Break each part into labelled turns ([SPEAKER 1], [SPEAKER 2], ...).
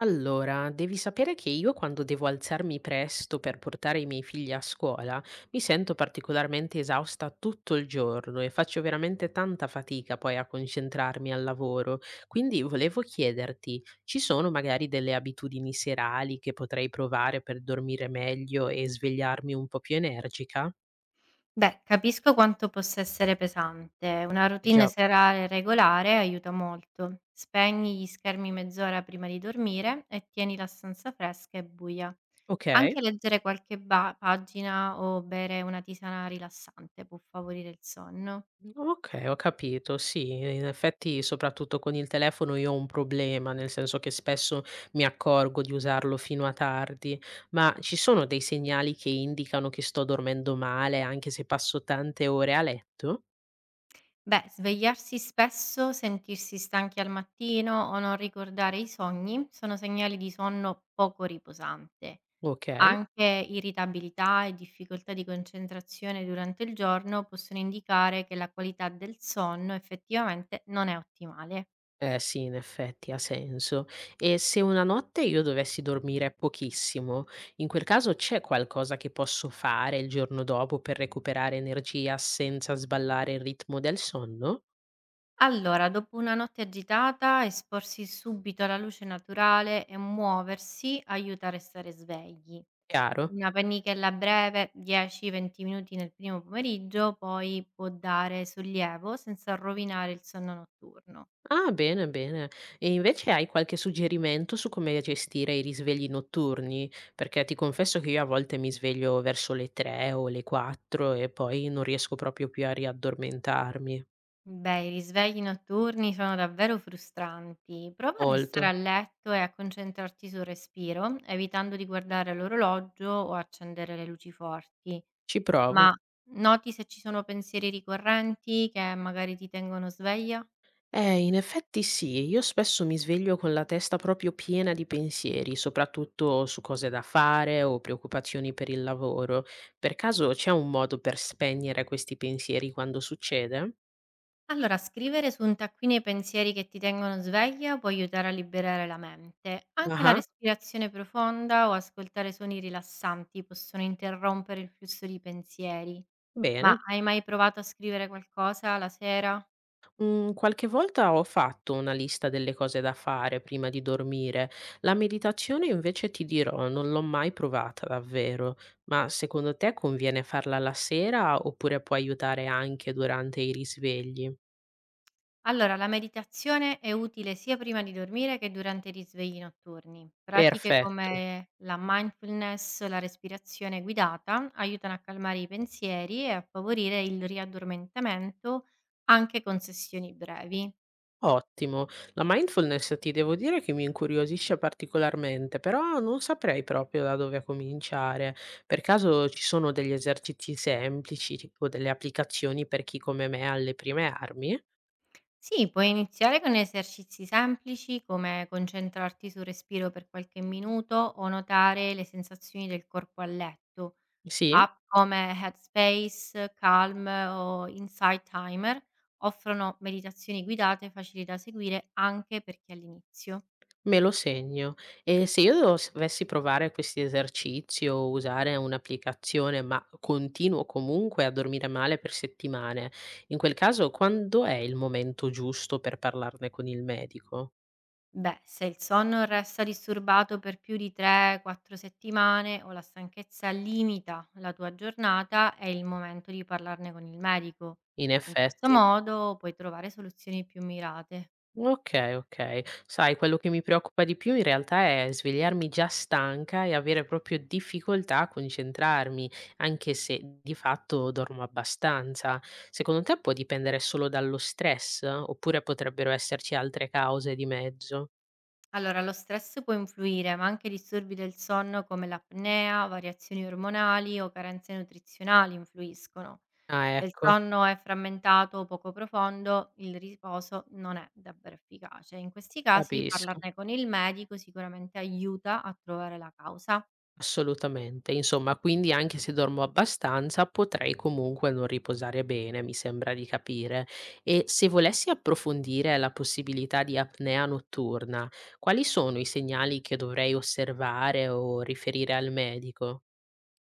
[SPEAKER 1] Allora, devi sapere che io quando devo alzarmi presto per portare i miei figli a scuola mi sento particolarmente esausta tutto il giorno e faccio veramente tanta fatica poi a concentrarmi al lavoro. Quindi volevo chiederti, ci sono magari delle abitudini serali che potrei provare per dormire meglio e svegliarmi un po' più energica?
[SPEAKER 2] Beh, capisco quanto possa essere pesante. Una routine
[SPEAKER 1] Già,
[SPEAKER 2] serale regolare aiuta molto. Spegni gli schermi mezz'ora prima di dormire e tieni la stanza fresca e buia.
[SPEAKER 1] ok.
[SPEAKER 2] Anche leggere qualche pagina o bere una tisana rilassante può favorire il sonno.
[SPEAKER 1] Okay, ho capito. Sì, in effetti soprattutto con il telefono io ho un problema, nel senso che spesso mi accorgo di usarlo fino a tardi. Ma ci sono dei segnali che indicano che sto dormendo male, anche se passo tante ore a letto?
[SPEAKER 2] Beh, svegliarsi spesso, sentirsi stanchi al mattino o non ricordare i sogni sono segnali di sonno poco riposante.
[SPEAKER 1] Okay.
[SPEAKER 2] Anche irritabilità e difficoltà di concentrazione durante il giorno possono indicare che la qualità del sonno effettivamente non è ottimale.
[SPEAKER 1] Eh sì, in effetti ha senso. E se una notte io dovessi dormire pochissimo, in quel caso c'è qualcosa che posso fare il giorno dopo per recuperare energia senza sballare il ritmo del sonno?
[SPEAKER 2] Allora, dopo una notte agitata, esporsi subito alla luce naturale e muoversi aiuta a restare svegli.
[SPEAKER 1] Chiaro?
[SPEAKER 2] Una pennichella breve, 10-20 minuti nel primo pomeriggio, poi può dare sollievo senza rovinare il sonno notturno.
[SPEAKER 1] Ah, bene, bene. E invece hai qualche suggerimento su come gestire i risvegli notturni? Perché ti confesso che io a volte mi sveglio verso le 3 o le 4 e poi non riesco proprio più a riaddormentarmi.
[SPEAKER 2] Beh, i risvegli notturni sono davvero frustranti. Prova a restare
[SPEAKER 1] Molto.
[SPEAKER 2] a letto e a concentrarti sul respiro, evitando di guardare l'orologio o accendere le luci forti.
[SPEAKER 1] Ci provo.
[SPEAKER 2] Ma noti se ci sono pensieri ricorrenti che magari ti tengono sveglia?
[SPEAKER 1] In effetti sì, io spesso mi sveglio con la testa proprio piena di pensieri, soprattutto su cose da fare o preoccupazioni per il lavoro. Per caso c'è un modo per spegnere questi pensieri quando succede?
[SPEAKER 2] Allora, scrivere su un taccuino i pensieri che ti tengono sveglia può aiutare a liberare la mente. Anche la
[SPEAKER 1] Ah,
[SPEAKER 2] respirazione profonda o ascoltare suoni rilassanti possono interrompere il flusso di pensieri. Ma
[SPEAKER 1] bene.
[SPEAKER 2] hai mai provato a scrivere qualcosa la sera?
[SPEAKER 1] Mhmm, qualche volta ho fatto una lista delle cose da fare prima di dormire. La meditazione invece ti dirò, non l'ho mai provata davvero. Ma secondo te conviene farla la sera oppure può aiutare anche durante i risvegli?
[SPEAKER 2] Allora, la meditazione è utile sia prima di dormire che durante i risvegli notturni. Pratiche
[SPEAKER 1] Perfetto,
[SPEAKER 2] come la mindfulness, la respirazione guidata aiutano a calmare i pensieri e a favorire il riaddormentamento anche con sessioni brevi.
[SPEAKER 1] ottimo. La mindfulness ti devo dire che mi incuriosisce particolarmente, però non saprei proprio da dove cominciare. Per caso ci sono degli esercizi semplici o delle applicazioni per chi come me ha le prime armi?
[SPEAKER 2] Sì, puoi iniziare con esercizi semplici come concentrarti sul respiro per qualche minuto o notare le sensazioni del corpo a letto.
[SPEAKER 1] Sì?
[SPEAKER 2] App come Headspace, Calm o Insight Timer offrono meditazioni guidate facili da seguire anche per chi è all'inizio.
[SPEAKER 1] Me lo segno. E se io dos dovessi provare questi esercizi o usare un'applicazione, ma continuo comunque a dormire male per settimane, in quel caso quando è il momento giusto per parlarne con il medico?
[SPEAKER 2] Beh, se il sonno resta disturbato per più di 3-4 settimane o la stanchezza limita la tua giornata, è il momento di parlarne con il medico.
[SPEAKER 1] In
[SPEAKER 2] In questo
[SPEAKER 1] effetti
[SPEAKER 2] modo puoi trovare soluzioni più mirate.
[SPEAKER 1] okay, okay. Sai, quello che mi preoccupa di più in realtà è svegliarmi già stanca e avere proprio difficoltà a concentrarmi, anche se di fatto dormo abbastanza. Secondo te può dipendere solo dallo stress? Oppure potrebbero esserci altre cause di mezzo?
[SPEAKER 2] Allora, lo stress può influire, ma anche disturbi del sonno come l'apnea, variazioni ormonali o carenze nutrizionali influiscono.
[SPEAKER 1] Ah,
[SPEAKER 2] Se il
[SPEAKER 1] ecco,
[SPEAKER 2] sonno è frammentato o poco profondo, il riposo non è davvero efficace. In questi casi
[SPEAKER 1] capisco.
[SPEAKER 2] parlarne con il medico sicuramente aiuta a trovare la causa.
[SPEAKER 1] Assolutamente. Insomma, quindi anche se dormo abbastanza, potrei comunque non riposare bene, mi sembra di capire. E se volessi approfondire la possibilità di apnea notturna, quali sono i segnali che dovrei osservare o riferire al medico?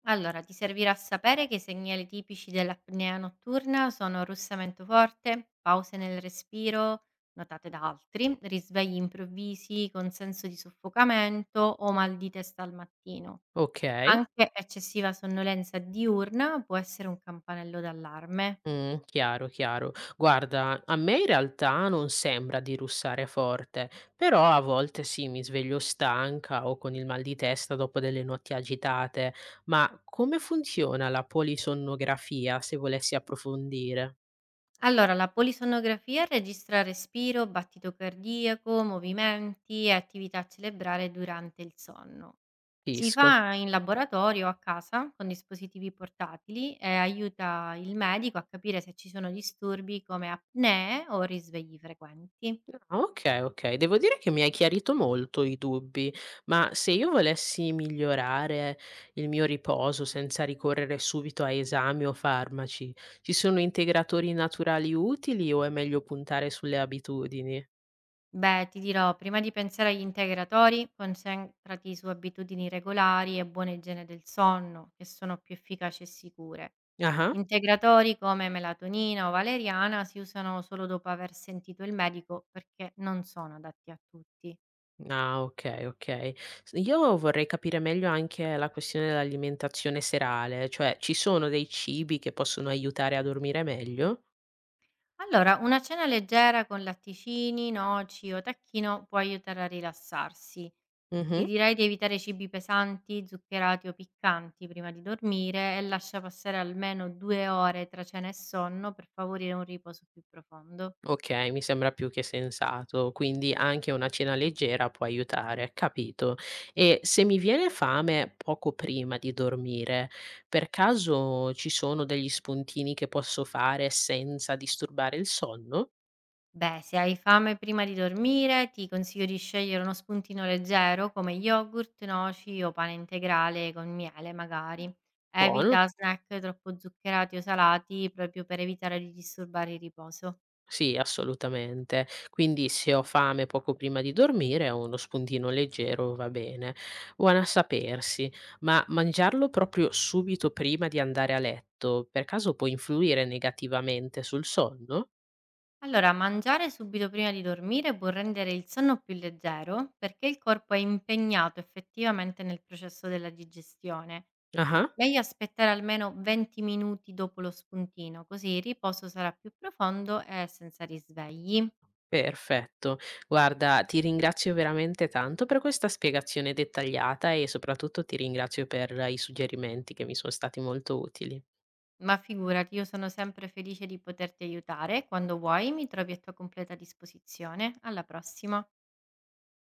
[SPEAKER 2] Allora, ti servirà sapere che i segnali tipici dell'apnea notturna sono russamento forte, pause nel respiro notate da altri, risvegli improvvisi con senso di soffocamento o mal di testa al mattino.
[SPEAKER 1] Ok.
[SPEAKER 2] Anche eccessiva sonnolenza diurna può essere un campanello d'allarme.
[SPEAKER 1] Chiaro, chiaro. Guarda, a me in realtà non sembra di russare forte, però a volte sì, mi sveglio stanca o con il mal di testa dopo delle notti agitate. Ma come funziona la polisonnografia se volessi approfondire?
[SPEAKER 2] Allora, la polisonografia registra respiro, battito cardiaco, movimenti e attività cerebrale durante il sonno. Si
[SPEAKER 1] Capisco.
[SPEAKER 2] fa in laboratorio a casa con dispositivi portatili e aiuta il medico a capire se ci sono disturbi come apnee o risvegli frequenti.
[SPEAKER 1] Ah, okay, okay. Devo dire che mi hai chiarito molto i dubbi, ma se io volessi migliorare il mio riposo senza ricorrere subito a esami o farmaci, ci sono integratori naturali utili o è meglio puntare sulle abitudini?
[SPEAKER 2] Beh, ti dirò, prima di pensare agli integratori, concentrati su abitudini regolari e buona igiene del sonno, che sono più efficaci e sicure.
[SPEAKER 1] Ah-ah.
[SPEAKER 2] Integratori come melatonina o valeriana si usano solo dopo aver sentito il medico perché non sono adatti a tutti.
[SPEAKER 1] Ah, okay, okay. S Io vorrei capire meglio anche la questione dell'alimentazione serale, cioè ci sono dei cibi che possono aiutare a dormire meglio?
[SPEAKER 2] Allora, una cena leggera con latticini, noci o tacchino può aiutare a rilassarsi. Ti
[SPEAKER 1] Mh-mh.
[SPEAKER 2] direi di evitare cibi pesanti, zuccherati o piccanti prima di dormire e lascia passare almeno 2 ore tra cena e sonno per favorire un riposo più profondo.
[SPEAKER 1] Okay, mi sembra più che sensato, quindi anche una cena leggera può aiutare, capito. E se mi viene fame poco prima di dormire, per caso ci sono degli spuntini che posso fare senza disturbare il sonno?
[SPEAKER 2] Beh, se hai fame prima di dormire, ti consiglio di scegliere uno spuntino leggero come yogurt, noci o pane integrale con miele, magari.
[SPEAKER 1] Buono?
[SPEAKER 2] Evita snack troppo zuccherati o salati proprio per evitare di disturbare il riposo.
[SPEAKER 1] Sì, assolutamente. Quindi se ho fame poco prima di dormire, uno spuntino leggero va bene. Buona a sapersi, ma mangiarlo proprio subito prima di andare a letto, per caso può influire negativamente sul sonno?
[SPEAKER 2] Allora, mangiare subito prima di dormire può rendere il sonno più leggero perché il corpo è impegnato effettivamente nel processo della digestione.
[SPEAKER 1] Ah,
[SPEAKER 2] Meglio aspettare almeno 20 minuti dopo lo spuntino, così il riposo sarà più profondo e senza risvegli.
[SPEAKER 1] perfetto. Guarda, ti ringrazio veramente tanto per questa spiegazione dettagliata e soprattutto ti ringrazio per i suggerimenti che mi sono stati molto utili.
[SPEAKER 2] Ma figurati, io sono sempre felice di poterti aiutare. Quando vuoi, mi trovi a tua completa disposizione. Alla prossima.